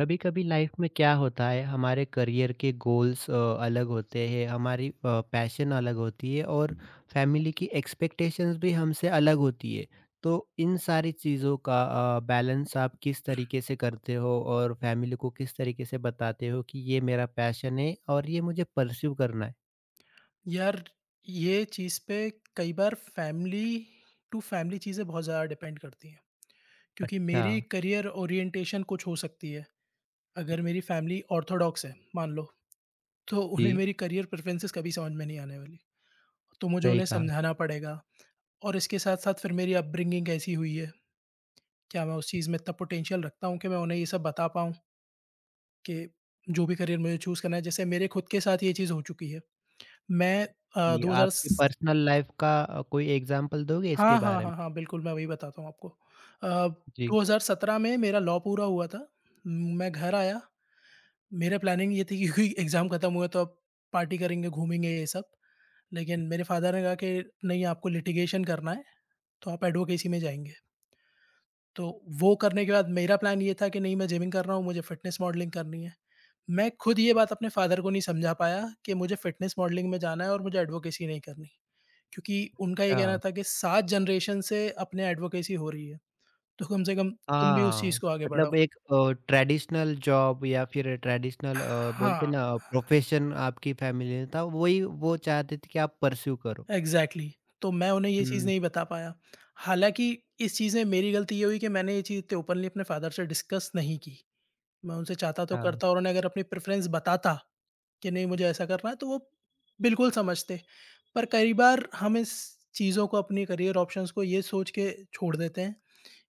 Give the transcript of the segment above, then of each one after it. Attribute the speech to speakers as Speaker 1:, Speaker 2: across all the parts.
Speaker 1: कभी कभी लाइफ में क्या होता है, हमारे करियर के गोल्स अलग होते हैं, हमारी पैशन अलग होती है और फैमिली की एक्सपेक्टेशंस भी हमसे अलग होती है। तो इन सारी चीज़ों का बैलेंस आप किस तरीके से करते हो और फैमिली को किस तरीके से बताते हो कि ये मेरा पैशन है और ये मुझे परस्यू करना है।
Speaker 2: यार, ये चीज़ पे कई बार फैमिली टू फैमिली चीज़ें बहुत ज़्यादा डिपेंड करती हैं, क्योंकि
Speaker 1: अच्छा।
Speaker 2: मेरी करियर ओरिएंटेशन कुछ हो सकती है। अगर मेरी फैमिली ऑर्थोडॉक्स है, मान लो, तो उन्हें
Speaker 1: जी।
Speaker 2: मेरी करियर प्रेफ़रेंसेस कभी समझ में नहीं आने वाली। तो मुझे
Speaker 1: सही
Speaker 2: उन्हें
Speaker 1: कहा।
Speaker 2: समझाना पड़ेगा और इसके साथ-साथ फिर मेरी अपब्रिंगिंग कैसी हुई है, क्या मैं उस चीज़ में इतना पोटेंशियल रखता हूँ कि मैं उन्हें ये सब बता पाऊँ कि जो भी करियर मुझे चूज़ करना है। जैसे मेरे खुद के साथ ये चीज़ हो चुकी है। मैं अ,
Speaker 1: जी,
Speaker 2: दो हज़ार
Speaker 1: आपकी
Speaker 2: स
Speaker 1: पर्सनल लाइफ का कोई एग्जांपल दोगे इसके
Speaker 2: हाँ, हाँ,
Speaker 1: बारे में।
Speaker 2: हाँ, हाँ, बिल्कुल, मैं वही बताता हूँ आपको। अ,
Speaker 1: जी।
Speaker 2: 2017 में मेरा लॉ पूरा हुआ था। मैं घर आया, मेरा प्लानिंग ये थी कि क्योंकि एग्ज़ाम खत्म हुआ तो अब पार्टी करेंगे, घूमेंगे ये सब। लेकिन मेरे फादर ने कहा कि नहीं आपको लिटिगेशन करना है, तो आप एडवोकेसी में जाएँगे। तो वो करने के बाद मेरा प्लान ये था कि नहीं मैं जिमिंग कर रहा हूँ, मुझे फिटनेस मॉडलिंग करनी है। मैं खुद ये बात अपने फादर को नहीं समझा पाया कि मुझे फिटनेस मॉडलिंग में जाना है और मुझे एडवोकेसी नहीं करनी। क्योंकि उनका ये कहना
Speaker 1: अच्छा।
Speaker 2: था कि 7 जनरेशन से अपने एडवोकेसी हो रही है, तो कम से कम तुम भी उस
Speaker 1: हाँ,
Speaker 2: चीज़ को आगे बढ़ाओ।
Speaker 1: मतलब एक ट्रेडिशनल जॉब या फिर ट्रेडिशनल बोलते
Speaker 2: हाँ,
Speaker 1: हैं ना प्रोफेशन आपकी फैमिली ने था, वही वो चाहते थे कि आप पर्स्यू करो।
Speaker 2: एग्ज़ैक्टली। तो मैं उन्हें ये चीज़
Speaker 1: हुँ,
Speaker 2: नहीं बता पाया। हालाँकि इस चीज़ में मेरी गलती ये हुई कि मैंने ये चीज़ इतने ओपनली अपने फादर से डिस्कस नहीं की। मैं उनसे चाहता तो
Speaker 1: हाँ,
Speaker 2: करता और उन्हें अगर अपनी प्रेफ़रेंस बताता कि नहीं मुझे ऐसा करना है तो वो बिल्कुल समझते। पर कई बार हम इस चीज़ों को अपनी करियर ऑप्शंस को ये सोच के छोड़ देते हैं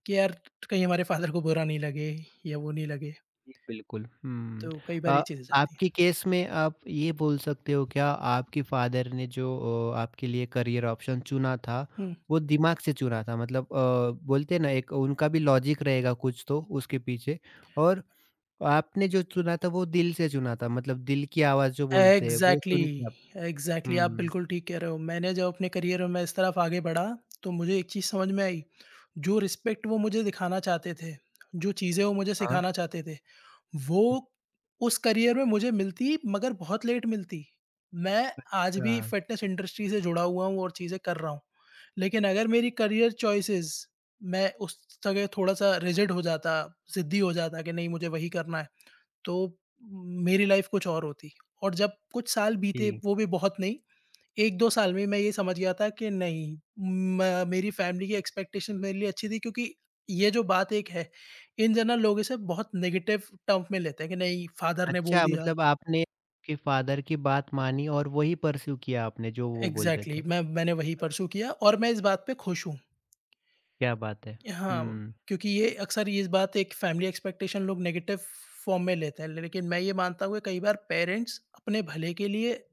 Speaker 2: कि यार कहीं हमारे फादर को बुरा नहीं लगे या वो नहीं लगे।
Speaker 1: जी बिल्कुल।
Speaker 2: तो कई बार ये
Speaker 1: अ,
Speaker 2: चीज़ें जाती हैं।
Speaker 1: आपकी केस में आप ये बोल सकते हो क्या आपके फादर ने जो आपके लिए करियर ऑप्शन चुना था,
Speaker 2: हुँ।
Speaker 1: वो दिमाग से चुना था? मतलब बोलते हैं ना एक उनका भी लॉजिक रहेगा कुछ तो उसके पीछे, और आपने जो चुना था वो दिल से चुना था, मतलब दिल की आवाज़ जो बोलते हैं वो सुन के
Speaker 2: एग्ज़ैक्टली,
Speaker 1: आप।
Speaker 2: एग्ज़ैक्टली आप
Speaker 1: हुँ,
Speaker 2: बिल्कुल ठीक कह रहे हो। मैंने जब अपने करियर में इस तरफ आगे बढ़ा, तो मुझे एक चीज़ समझ में आई, जो रिस्पेक्ट वो मुझे दिखाना चाहते थे, जो चीज़ें वो मुझे
Speaker 1: हाँ।
Speaker 2: सिखाना चाहते थे, वो उस करियर में मुझे मिलती मगर बहुत लेट मिलती। मैं आज भी
Speaker 1: अच्छा,
Speaker 2: फ़िटनेस इंडस्ट्री से जुड़ा हुआ हूँ और चीज़ें कर रहा हूँ। लेकिन अगर मेरी करियर चॉइसेस मैं उस जगह थोड़ा-सा रिजिड हो जाता, ज़िद्दी हो जाता कि नहीं मुझे वही करना है, तो मेरी लाइफ कुछ और होती। और जब कुछ साल बीते
Speaker 1: जी।
Speaker 2: वो भी बहुत नहीं, 1-2 साल में मैं ये समझ गया था कि नहीं म मेरी फैमिली की एक्सपेक्टेशन मेरे लिए अच्छी थी, क्योंकि ये जो बात एक है, इन जनरल लोग इसे बहुत नेगेटिव टर्म में लेते हैं कि नहीं फ़ादर ने बोल
Speaker 1: अच्छा,
Speaker 2: दिया।
Speaker 1: मतलब आपने आपके फादर की बात मानी और वही परस्यू किया आपने जो वो बोल रहे
Speaker 2: एग्ज़ैक्टली
Speaker 1: थे।
Speaker 2: मैंने वही परस्यू किया और मैं इस बात पे खुश हूँ।
Speaker 1: क्या बात है!
Speaker 2: हाँ,
Speaker 1: हुँ।
Speaker 2: क्योंकि ये अक्सर ये बात एक फैमिली एक्सपेक्टेशन लोग नेगेटिव फॉर्म में लेते हैं, लेकिन मैं ये मानता हूँ कि कई बार पेरेंट्स अपने भले के लिए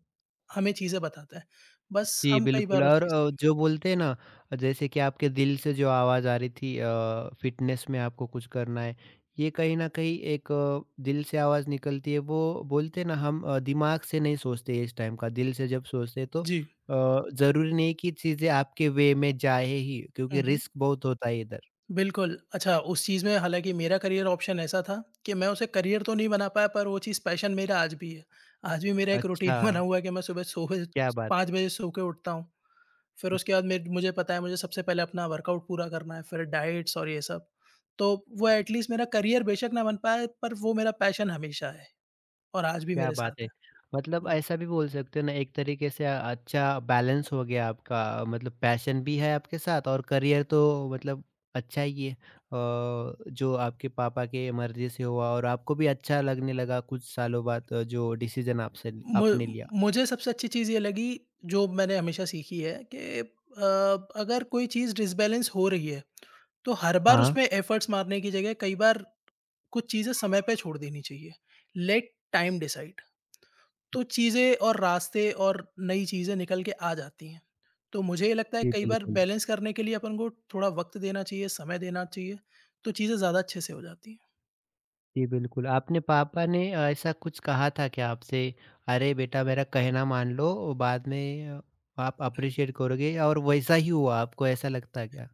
Speaker 2: हमें चीज़ें बताते हैं। बस
Speaker 1: जी,
Speaker 2: हम कई बार
Speaker 1: बिल्कुल।
Speaker 2: उस
Speaker 1: और
Speaker 2: चीज़।
Speaker 1: जो बोलते हैं ना जैसे कि आपके दिल से जो आवाज़ आ रही थी, फ़िटनेस में आपको कुछ करना है, ये कहीं न कहीं एक दिल से आवाज़ निकलती है वो। बोलते हैं ना हम दिमाग से नहीं सोचते इस टाइम का, दिल से जब सोचते हैं तो
Speaker 2: जी।
Speaker 1: ज़रूरी नहीं कि चीज़ें आपके वे में जाए ही, क्योंकि
Speaker 2: हुँ, हुँ।
Speaker 1: रिस्क बहुत होता है इधर।
Speaker 2: बिल्कुल, अच्छा उस चीज़ में हालाँकि मेरा करियर ऑप्शन ऐसा था कि मैं उसे करियर तो नहीं बना पाया पर वो चीज़ पैशन मेरा आज भी है। आज भी मेरा एक रूटीन
Speaker 1: अच्छा,
Speaker 2: बना हुआ है कि मैं सुबह सो बजे
Speaker 1: क्या बात
Speaker 2: 5
Speaker 1: है!
Speaker 2: बजे सो के उठता हूँ। फिर उसके बाद मेर मुझे पता है मुझे सबसे पहले अपना वर्कआउट पूरा करना है, फिर डाइट्स और ये सब। तो वो एटलीस्ट मेरा करियर बेशक ना बन पाए पर वो मेरा पैशन हमेशा है और आज भी
Speaker 1: क्या
Speaker 2: मेरे
Speaker 1: बात
Speaker 2: साथ
Speaker 1: है!
Speaker 2: है।
Speaker 1: मतलब
Speaker 2: हुँ।
Speaker 1: ऐसा भी बोल सकते हो ना एक तरीके से अच्छा बैलेंस हो गया आपका। मतलब पैशन भी है आपके साथ और करियर तो मतलब अच्छा ही है। जो आपके पापा के मर्ज़ी से हुआ और आपको भी अच्छा लगने लगा कुछ सालों बाद, जो डिसीज़न आपसे
Speaker 2: मु
Speaker 1: आपने लिया।
Speaker 2: मुझे सबसे अच्छी चीज़ ये लगी जो मैंने हमेशा सीखी है कि अगर कोई चीज़ डिसबैलेंस हो रही है तो हर बार
Speaker 1: हाँ,
Speaker 2: उसमें एफर्ट्स मारने की जगह कई बार कुछ चीज़ें समय पे छोड़ देनी चाहिए। लेट टाइम डिसाइड, तो चीज़ें और रास्ते और नई चीज़ें निकल के आ जाती हैं। तो मुझे ये लगता है
Speaker 1: जी
Speaker 2: कई बार
Speaker 1: बिल्कुल।
Speaker 2: बैलेंस करने के लिए अपन को थोड़ा वक़्त देना चाहिए, समय देना चाहिए, तो चीज़ें ज़्यादा अच्छे से हो जाती हैं।
Speaker 1: जी बिल्कुल, आपने पापा ने ऐसा कुछ कहा था क्या आपसे? अरे बेटा मेरा कहना मान लो, बाद में आप अप्रिशिएट करोगे, और वैसा ही हुआ आपको ऐसा लगता है क्या?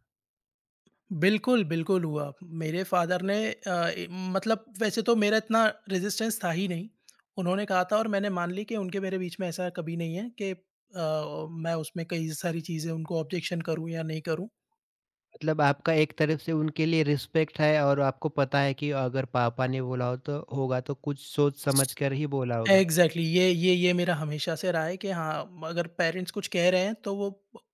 Speaker 2: बिल्कुल, बिल्कुल हुआ। मेरे फ़ादर ने अ, ए मतलब वैसे तो मेरा इतना रेज़िस्टेंस था ही नहीं। उन्होंने कहा था और मैंने मान ली कि उनके मेरे बीच में ऐसा कभी नहीं है कि मैं उसमें कई सारी चीज़ें उनको ऑब्जेक्शन करूँ या नहीं करूँ।
Speaker 1: मतलब आपका एक तरफ से उनके लिए रिस्पेक्ट है और आपको पता है कि अगर पापा ने बोला हो तो होगा तो कुछ सोच समझ कर ही बोला होगा।
Speaker 2: एग्ज़ैक्टली ये मेरा हमेशा से रहा है कि हाँ, अगर पेरेंट्स कुछ कह रहे हैं तो वो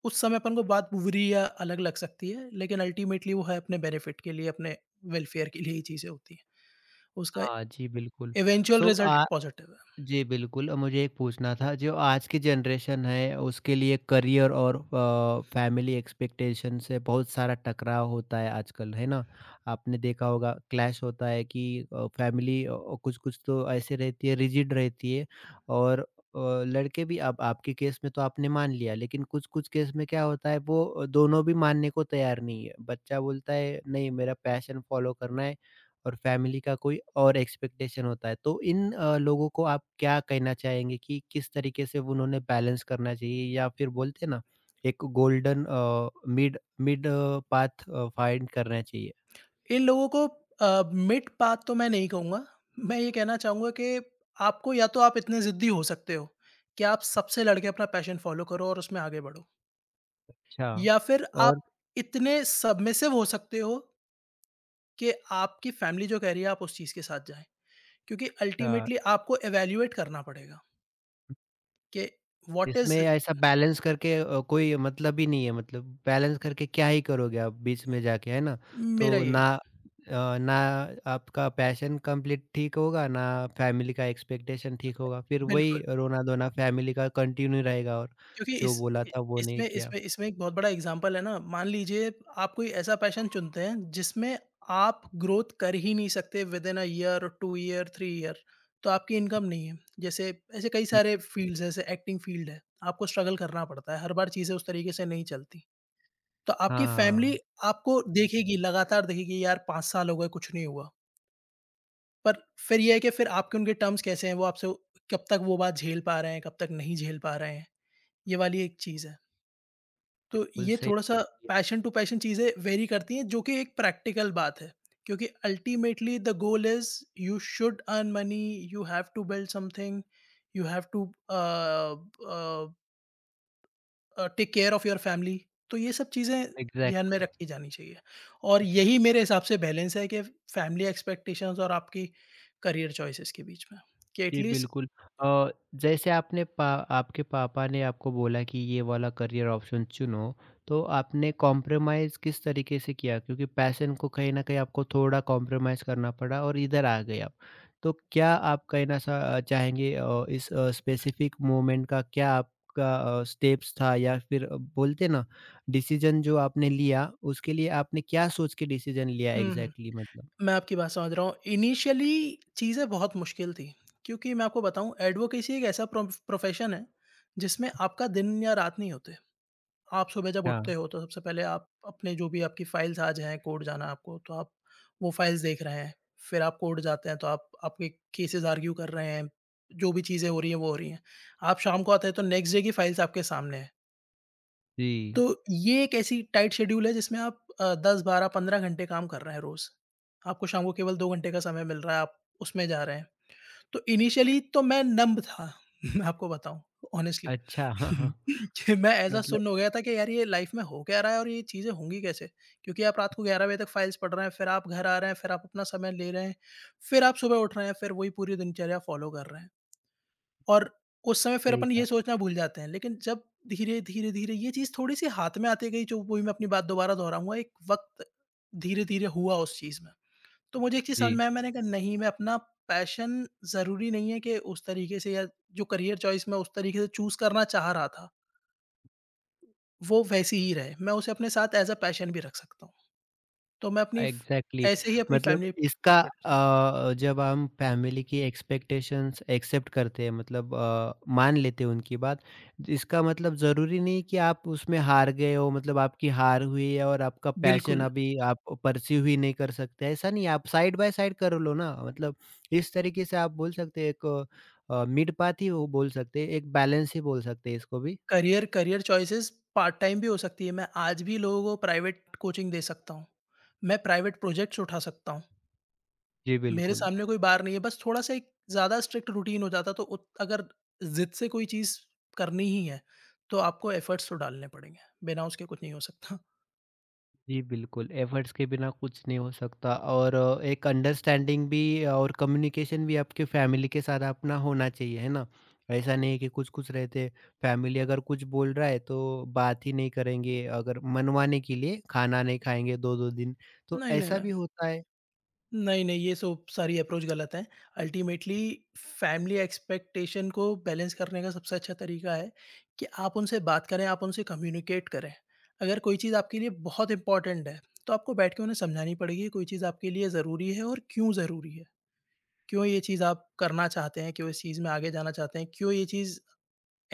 Speaker 2: उस समय अपन को बात बुरी या अलग लग सकती है, लेकिन अल्टीमेटली वो है अपने बेनिफिट के लिए, अपने वेलफेयर के लिए ही चीज़ें होती हैं। उसका
Speaker 1: हाँ जी, बिल्कुल।
Speaker 2: इवेंचुअल
Speaker 1: सो
Speaker 2: रिज़ल्ट
Speaker 1: आ।
Speaker 2: पॉज़िटिव
Speaker 1: जी, बिल्कुल। मुझे एक पूछना था, जो आज की जनरेशन है उसके लिए करियर और फैमिली एक्सपेक्टेशन से बहुत सारा टकराव होता है आजकल, है ना? आपने देखा होगा क्लैश होता है कि अ, फैमिली अ, कुछ-कुछ तो ऐसे रहती है, रिजिड रहती है, और अ, लड़के भी अब आपके केस में तो आपने मान लिया, लेकिन कुछ-कुछ केस में क्या होता है वो दोनों भी मानने को तैयार नहीं है। बच्चा बोलता है नहीं मेरा पैशन फॉलो करना है और फैमिली का कोई और एक्सपेक्टेशन होता है। तो इन लोगों को आप क्या कहना चाहेंगे कि किस तरीके से उन्होंने बैलेंस करना चाहिए, या फिर बोलते हैं ना एक golden mid mid path find करना चाहिए।
Speaker 2: है। इन लोगों को मिड पाथ तो मैं नहीं कहूँगा, मैं ये कहना चाहूँगा कि आपको या तो आप इतने ज़िद्दी हो सकते हो कि आप सबसे लड़ के अपना पैशन फ़ॉलो करो और उसमें आगे बढ़ो
Speaker 1: अच्छा
Speaker 2: या फिर
Speaker 1: और
Speaker 2: आप इतने सबमिसिव हो सकते हो कि आपकी फैमिली जो कह रही है आप उस चीज़ के साथ जाएँ। क्योंकि अल्टीमेटली
Speaker 1: अच्छा।
Speaker 2: आपको इवैल्यूएट करना पड़ेगा कि व्हाट इज़
Speaker 1: इसमें ऐसा बैलेंस करके कोई मतलब ही नहीं है, मतलब बैलेंस करके क्या ही करोगे आप बीच में जाके, है ना?
Speaker 2: मेरा
Speaker 1: तो
Speaker 2: यही
Speaker 1: ना
Speaker 2: है।
Speaker 1: अ, ना आपका पैशन कंप्लीट ठीक होगा, ना फैमिली का एक्सपेक्टेशन ठीक होगा, फिर वही
Speaker 2: बिल्कुल,
Speaker 1: रोना-धोना फैमिली का कंटिन्यू रहेगा और
Speaker 2: क्योंकि
Speaker 1: जो
Speaker 2: इस
Speaker 1: बोला
Speaker 2: इ
Speaker 1: था वो नहीं
Speaker 2: इसमें
Speaker 1: किया।
Speaker 2: इसमें इसमें एक बहुत बड़ा एग्ज़ाम्पल है ना, मान लीजिए आप कोई ऐसा पैशन चुनते हैं जिसमें आप ग्रोथ कर ही नहीं सकते within a year, 2 year, 3 year तो आपकी इनकम नहीं है। जैसे ऐसे कई
Speaker 1: जी।
Speaker 2: सारे फ़ील्ड्स हैं, जैसे एक्टिंग फ़ील्ड है, आपको स्ट्रगल करना पड़ता है, हर बार चीज़ें उस तरीके से नहीं चलती। तो आपकी फैमिली
Speaker 1: हाँ,
Speaker 2: आपको देखेगी, लगातार देखेगी, यार 5 साल हो गए, कुछ नहीं हुआ। पर फिर ये है कि फिर आपके उनके टर्म्स कैसे हैं, वो आपसे कब तक वो बात झेल पा रहे हैं, कब तक नहीं झेल पा रहे हैं, ये वाली एक चीज़ है। तो
Speaker 1: बिल्कुल
Speaker 2: ये
Speaker 1: सही।
Speaker 2: थोड़ा-सा पैशन टू पैशन चीज़ें वेरी करती हैं, जो कि एक प्रैक्टिकल बात है। क्योंकि ultimately the goal is you should earn money, you have to build something, you have to a a, take care of your family, तो ये सब चीज़ें ध्यान में
Speaker 1: एग्ज़ैक्टली।
Speaker 2: रखी जानी चाहिए और यही मेरे हिसाब से बैलेंस है कि फैमिली एक्सपेक्टेशंस और आपकी करियर चॉइसेस के बीच में कि
Speaker 1: जी,
Speaker 2: एटलीस्ट
Speaker 1: बिल्कुल। अ, जैसे आपने पा आपके पापा ने आपको बोला कि ये वाला करियर ऑप्शन चुनो, तो आपने कॉम्प्रोमाइज़ किस तरीके से किया? क्योंकि पैशन को कहीं न कहीं आपको थोड़ा कॉम्प्रोमाइज़ करना पड़ा और इधर आ गए आप। तो क्या आप कहना सा चाहेंगे इस स्पेसिफ़िक मोमेंट का क्या आपका स्टेप्स था, या फिर बोलते ना डिसीज़न जो आपने लिया, उसके लिए आपने क्या सोच के डिसीज़न लिया
Speaker 2: हुँ, हुँ,
Speaker 1: एग्ज़ैक्टली मतलब?
Speaker 2: मैं आपकी बात समझ रहा हूँ। इनिशियली चीज़ें बहुत मुश्किल थी क्योंकि मैं आपको बताऊँ एडवोकेसी एक ऐसा प्रो प्रोफ़ेशन है जिसमें आपका दिन या रात नहीं होते। आप सुबह जब
Speaker 1: अच्छा,
Speaker 2: उठते हो तो सबसे पहले आप अपने जो भी आपकी फाइल्स आज हैं कोड जाना है आपको तो आप वो फाइल्स देख रहे हैं, फिर आप कोर्ट जाते हैं तो आप आपके केसेस आर्ग्यू कर रहे हैं, जो भी चीज़ें हो रही हैं वो हो रही हैं, आप शाम को आते हैं तो नेक्स्ट डे की फाइल्स आपके सामने हैं।
Speaker 1: जी।
Speaker 2: तो ये एक ऐसी टाइट शेड्यूल है जिसमें आप 10 12 15 घंटे काम कर रहे हैं रोज़, आपको शाम को केवल 2 घंटे का समय मिल रहा है आप उसमें जा रहे हैं, तो इनिशियली तो मैं नंब था, मैं आपको बताऊँ हॉनेस्टली,
Speaker 1: अच्छा।
Speaker 2: कि मैं ऐसा
Speaker 1: मतलब
Speaker 2: सुन्न हो गया था कि यार ये लाइफ़ में हो क्या रहा है और ये चीज़ें होंगी कैसे? क्योंकि आप रात को 11 बजे तक फाइल्स पढ़ रहे हैं, फिर आप घर आ रहे हैं, फिर आप अपना समय ले रहे हैं, फिर आप सुबह उठ रहे हैं, फिर वही पूरी दिनचर्या फ़ॉलो कर रहे हैं और उस समय फिर
Speaker 1: सही
Speaker 2: अपन ये
Speaker 1: कहा।
Speaker 2: सोचना भूल जाते हैं। लेकिन जब धीरे, धीरे, धीरे ये चीज़ थोड़ी-सी हाथ में आती गई जो वही मैं अपनी बात दोबारा दोहराऊँगा, एक वक़्त धीरे-धीरे हुआ उस चीज़ में। तो मुझे एक चीज़ समझ
Speaker 1: जी,
Speaker 2: में आया, मैंने कहा नहीं मैं अपना पैशन ज़रूरी नहीं है कि उस तरीके से या जो करियर चॉइस मैं उस तरीके से चूज़ करना चाह रहा था, वो वैसी ही रहे। मैं उसे अपने साथ एज़ अ पैशन भी रख सकता हूँ। तो मैं अपनी फ
Speaker 1: एग्ज़ैक्टली।
Speaker 2: ऐसे ही अपनी
Speaker 1: मतलब
Speaker 2: फैमिली
Speaker 1: इसका
Speaker 2: एक्सपेक्टेशन।
Speaker 1: जब हम फैमिली की एक्सपेक्टेशंस एक्सेप्ट करते हैं, मतलब मान लेते हैं उनकी बात, इसका मतलब ज़रूरी नहीं कि आप उसमें हार गए हो, मतलब आपकी हार हुई है और आपका पैशन
Speaker 2: बिल्कुल,
Speaker 1: अभी आप परस्यू ही नहीं कर सकते, ऐसा नहीं है, आप साइड बाय साइड कर लो ना मतलब। इस तरीके से आप बोल सकते हैं एक मिड पाथ ही वो बोल सकते हैं, एक बैलेंस ही बोल सकते हैं इसको भी।
Speaker 2: Career career choices part time भी हो सकती है। मैं आज भी लोगों को प्राइवेट कोचिंग दे सकता हूँ। मैं प्राइवेट प्रोजेक्ट्स उठा सकता हूँ।
Speaker 1: जी,
Speaker 2: मेरे
Speaker 1: बिल्कुल।
Speaker 2: सामने कोई बार नहीं है, बस थोड़ा-सा एक ज़्यादा स्ट्रिक्ट रूटीन हो जाता तो उत अगर ज़िद से कोई चीज़ करनी ही है, तो आपको एफर्ट्स तो डालने पड़ेंगे, बिना उसके कुछ नहीं हो सकता।
Speaker 1: जी, बिल्कुल, एफ़र्ट्स के बिना कुछ नहीं हो सकता, और एक अंडरस्टैंडिंग भी और कम्युनिकेशन भी आपके फैमिली के साथ अपना होना चाहिए, है ना? ऐसा नहीं है कि कुछ-कुछ रहते, फैमिली अगर कुछ बोल रहा है तो बात ही नहीं करेंगे, अगर मनवाने के लिए खाना नहीं खाएँगे 2-2 दिन, तो
Speaker 2: नहीं, नहीं,
Speaker 1: ऐसा भी
Speaker 2: नहीं।
Speaker 1: होता है?
Speaker 2: नहीं, नहीं, ये सब सारी अप्रोच गलत है। अल्टीमेटली फैमिली एक्सपेक्टेशन को बैलेंस करने का सबसे अच्छा तरीका है कि आप उनसे बात करें, आप उनसे कम्युनिकेट करें। अगर कोई चीज़ आपके लिए बहुत इम्पोर्टेंट है, तो आपको बैठ के उन्हें समझानी पड़ेगी, कोई चीज़ आपके लिए ज़रूरी है और क्यों ज़रूरी है। क्यों ये चीज़ आप करना चाहते हैं, क्यों इस चीज़ में आगे जाना चाहते हैं, क्यों ये चीज़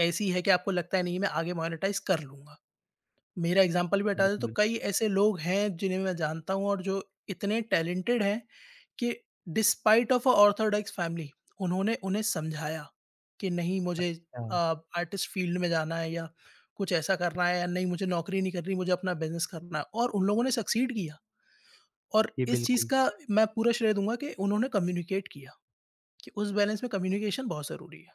Speaker 2: ऐसी है कि आपको लगता है नहीं मैं आगे मोनेटाइज़ कर लूँगा? मेरा एग्ज़ाम्पल भी हटा दें तो
Speaker 1: बिल्कुल,
Speaker 2: कई ऐसे लोग हैं जिन्हें मैं जानता हूँ और जो इतने टैलेंटेड हैं कि despite of a orthodox family उन्होंने उन्हें समझाया कि नहीं मुझे
Speaker 1: अच्छा,
Speaker 2: अ, आर्टिस्ट फ़ील्ड में जाना है या कुछ ऐसा करना है या नहीं मुझे नौकरी नहीं करनी, मुझे अपना बिज़नेस करना है और उन लोगों ने सक्सीड किया और
Speaker 1: जी
Speaker 2: इस चीज़
Speaker 1: बिल्कुल।
Speaker 2: का मैं पूरा श्रेय दूँगा कि उन्होंने कम्युनिकेट किया। कि उस बैलेंस में कम्युनिकेशन बहुत ज़रूरी है,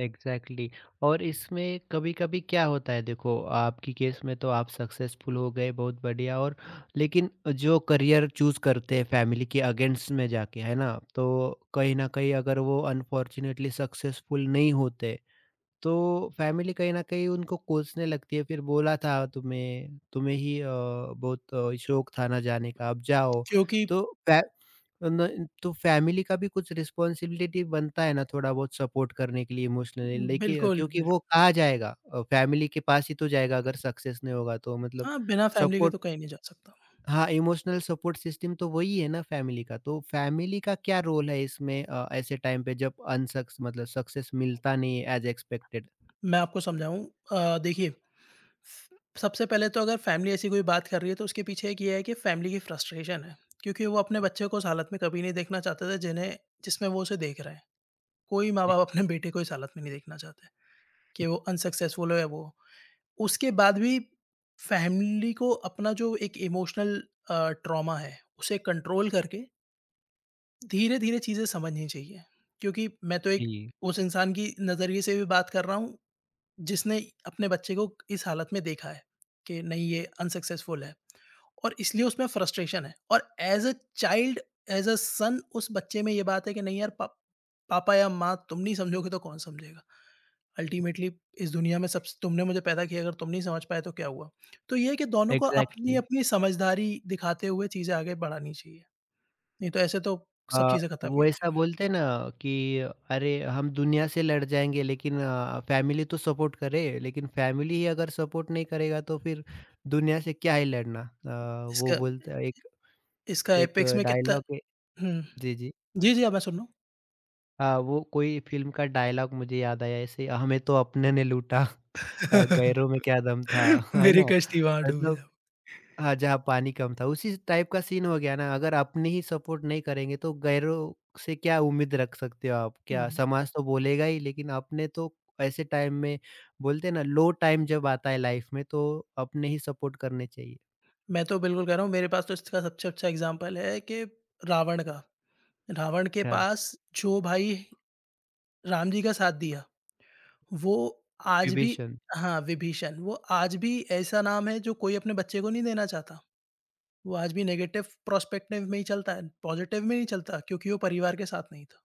Speaker 1: एग्जैक्टली exactly। और इसमें कभी-कभी क्या होता है देखो आपकी केस में तो आप सक्सेसफुल हो गए, बहुत बढ़िया। और लेकिन जो करियर चूज करते हैं फैमिली के अगेंस्ट में जाके, है ना, तो कहीं ना कहीं अगर वो अनफॉर्चुनेटली सक्सेसफुल नहीं होते तो फैमिली कहीं न कहीं उनको कोसने लगती है, फिर बोला था तुम्हें, तुम्हें ही बहुत शौक था ना जाने का, अब जाओ।
Speaker 2: क्योंकि
Speaker 1: तो फै न तो फैमिली का भी कुछ रिस्पॉन्सिबिलिटी बनता है ना, थोड़ा बहुत सपोर्ट करने के लिए इमोशनली, लेकिन
Speaker 2: बिल्कुल,
Speaker 1: क्योंकि
Speaker 2: बिल्कुल।
Speaker 1: वो कहाँ जाएगा? फैमिली के पास ही तो जाएगा अगर सक्सेस नहीं होगा तो मतलब
Speaker 2: हाँ, बिना फ़ैमिली के
Speaker 1: सपोर्ट।
Speaker 2: तो कहीं नहीं जा सकता।
Speaker 1: हाँ, इमोशनल सपोर्ट सिस्टम तो वही है ना फैमिली का, तो फैमिली का क्या रोल है इसमें ऐसे टाइम पे जब अनसक्स मतलब सक्सेस मिलता नहीं है एज़ एक्सपेक्टेड?
Speaker 2: मैं आपको समझाऊँ देखिए, सबसे पहले तो अगर फ़ैमिली ऐसी कोई बात कर रही है तो उसके पीछे एक ये है कि फ़ैमिली की फ्रस्ट्रेशन है, क्योंकि वो अपने बच्चे को उस हालत में कभी नहीं देखना चाहते थे जिन्हें जिसमें वो उसे देख रहे हैं। कोई माँ-बाप अपने बेटे को इस हालत में नहीं देखना चाहते कि वो अनसक्सेसफुल हो या वो हो। उसके बाद भी फ़ैमिली को अपना जो एक इमोशनल ट्रॉमा है, उसे कंट्रोल करके धीरे-धीरे चीज़ें समझनी चाहिए, क्योंकि मैं तो एक
Speaker 1: जी,
Speaker 2: उस इंसान की नज़रिए से भी बात कर रहा हूँ, जिसने अपने बच्चे को इस हालत में देखा है कि नहीं ये अनसक्सेसफुल है और इसलिए उसमें फ्रस्ट्रेशन है और as a child, as a son उस बच्चे में ये बात है कि नहीं यार पा पापा या माँ तुम नहीं समझोगे तो कौन समझेगा? अल्टीमेटली इस दुनिया में सबस तुमने मुझे पैदा किया अगर तुम नहीं समझ पाए तो क्या हुआ? तो ये है कि दोनों को
Speaker 1: एग्ज़ैक्टली।
Speaker 2: अपनी-अपनी समझदारी दिखाते हुए चीज़ें आगे बढ़ानी चाहिए, नहीं तो ऐसे तो सब
Speaker 1: अ,
Speaker 2: चीज़ें खत्म ही
Speaker 1: वो
Speaker 2: हो
Speaker 1: ऐसा
Speaker 2: जाएँगी।
Speaker 1: बोलते हैं ना कि अरे हम दुनिया से लड़ जाएँगे, लेकिन फैमिली तो सपोर्ट करे, लेकिन फैमिली ही अगर सपोर्ट नहीं करेगा तो फिर दुनिया से क्या ही लड़ना। वो
Speaker 2: इसका
Speaker 1: बोलता है एक
Speaker 2: इसका
Speaker 1: एक
Speaker 2: एपेक्स में कितना
Speaker 1: डायलॉग है।
Speaker 2: हुँ।
Speaker 1: जी, जी।
Speaker 2: जी, जी, हाँ, मैं सुन रहा
Speaker 1: हाँ, वो कोई फ़िल्म का डायलॉग मुझे याद आया ऐसे, हमें तो अपने ने लूटा,
Speaker 2: हूँ।
Speaker 1: गैरों में क्या दम था, है
Speaker 2: मेरी
Speaker 1: ना?
Speaker 2: कश्ती वहाँ डूबी
Speaker 1: मतलब
Speaker 2: साहब।
Speaker 1: हाँ, जहाँ पानी कम था, उसी टाइप का सीन हो गया ना, अगर अपने ही सपोर्ट नहीं करेंगे तो गैरों से क्या उम्मीद रख सकते हो आप? क्या
Speaker 2: हुँ,
Speaker 1: समाज तो बोलेगा ही, लेकिन अपने तो। ऐसे टाइम में बोलते हैं ना लो टाइम जब आता है लाइफ में तो अपने ही सपोर्ट करने चाहिए।
Speaker 2: मैं तो बिल्कुल कह रहा हूँ मेरे पास तो इसका सबसे अच्छा एग्ज़ाम्पल है कि रावण का। रावण के
Speaker 1: क्या?
Speaker 2: पास जो भाई राम जी का साथ दिया, वो आज भी
Speaker 1: विभीषण,
Speaker 2: हाँ, विभीषण वो आज भी ऐसा नाम है जो कोई अपने बच्चे को नहीं देना चाहता। वो आज भी नेगेटिव प्रोस्पेक्टिव में ही चलता है, पॉज़िटिव में नहीं चलता क्योंकि वो परिवार के साथ नहीं था।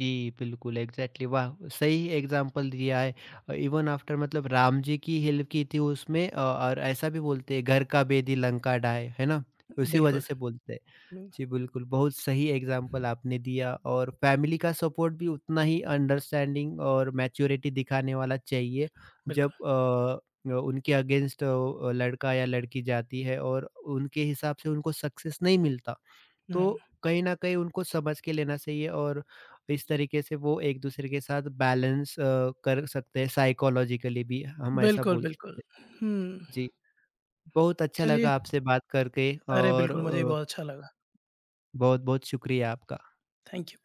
Speaker 1: जी बिल्कुल, एग्ज़ैक्टली, वाह! सही एग्ज़ाम्पल दिया है। इवन आफ्टर मतलब राम जी की हेल्प की थी उसमें, और ऐसा भी बोलते हैं घर का बेदी लंका ढाए, है ना? उसी वजह
Speaker 2: बिल्कुल,
Speaker 1: से बोलते हैं।
Speaker 2: हुँ,
Speaker 1: जी, बिल्कुल, बहुत सही एग्ज़ाम्पल आपने दिया, और फैमिली का सपोर्ट भी उतना ही अंडरस्टैंडिंग और मैच्योरिटी दिखाने वाला चाहिए, जब
Speaker 2: बिल्कुल।
Speaker 1: उनके अगेंस्ट लड़का या लड़की जाती है और उनके हिसाब से उनको सक्सेस नहीं मिलता, तो
Speaker 2: हुँ,
Speaker 1: कहीं न कहीं उनको समझ के लेना चाहिए, और इस तरीके से वो एक-दूसरे के साथ बैलेंस कर सकते हैं साइकोलॉजिकली भी, हम ऐसा
Speaker 2: बिल्कुल,
Speaker 1: बोल
Speaker 2: बिल्कुल।
Speaker 1: सकते हैं।
Speaker 2: हुँ।
Speaker 1: जी, बहुत अच्छा
Speaker 2: चलिए,
Speaker 1: लगा आपसे बात करके,
Speaker 2: अरे
Speaker 1: और
Speaker 2: बिल्कुल मुझे भी बहुत अच्छा लगा।
Speaker 1: बहुत-बहुत शुक्रिया आपका।
Speaker 2: Thank you.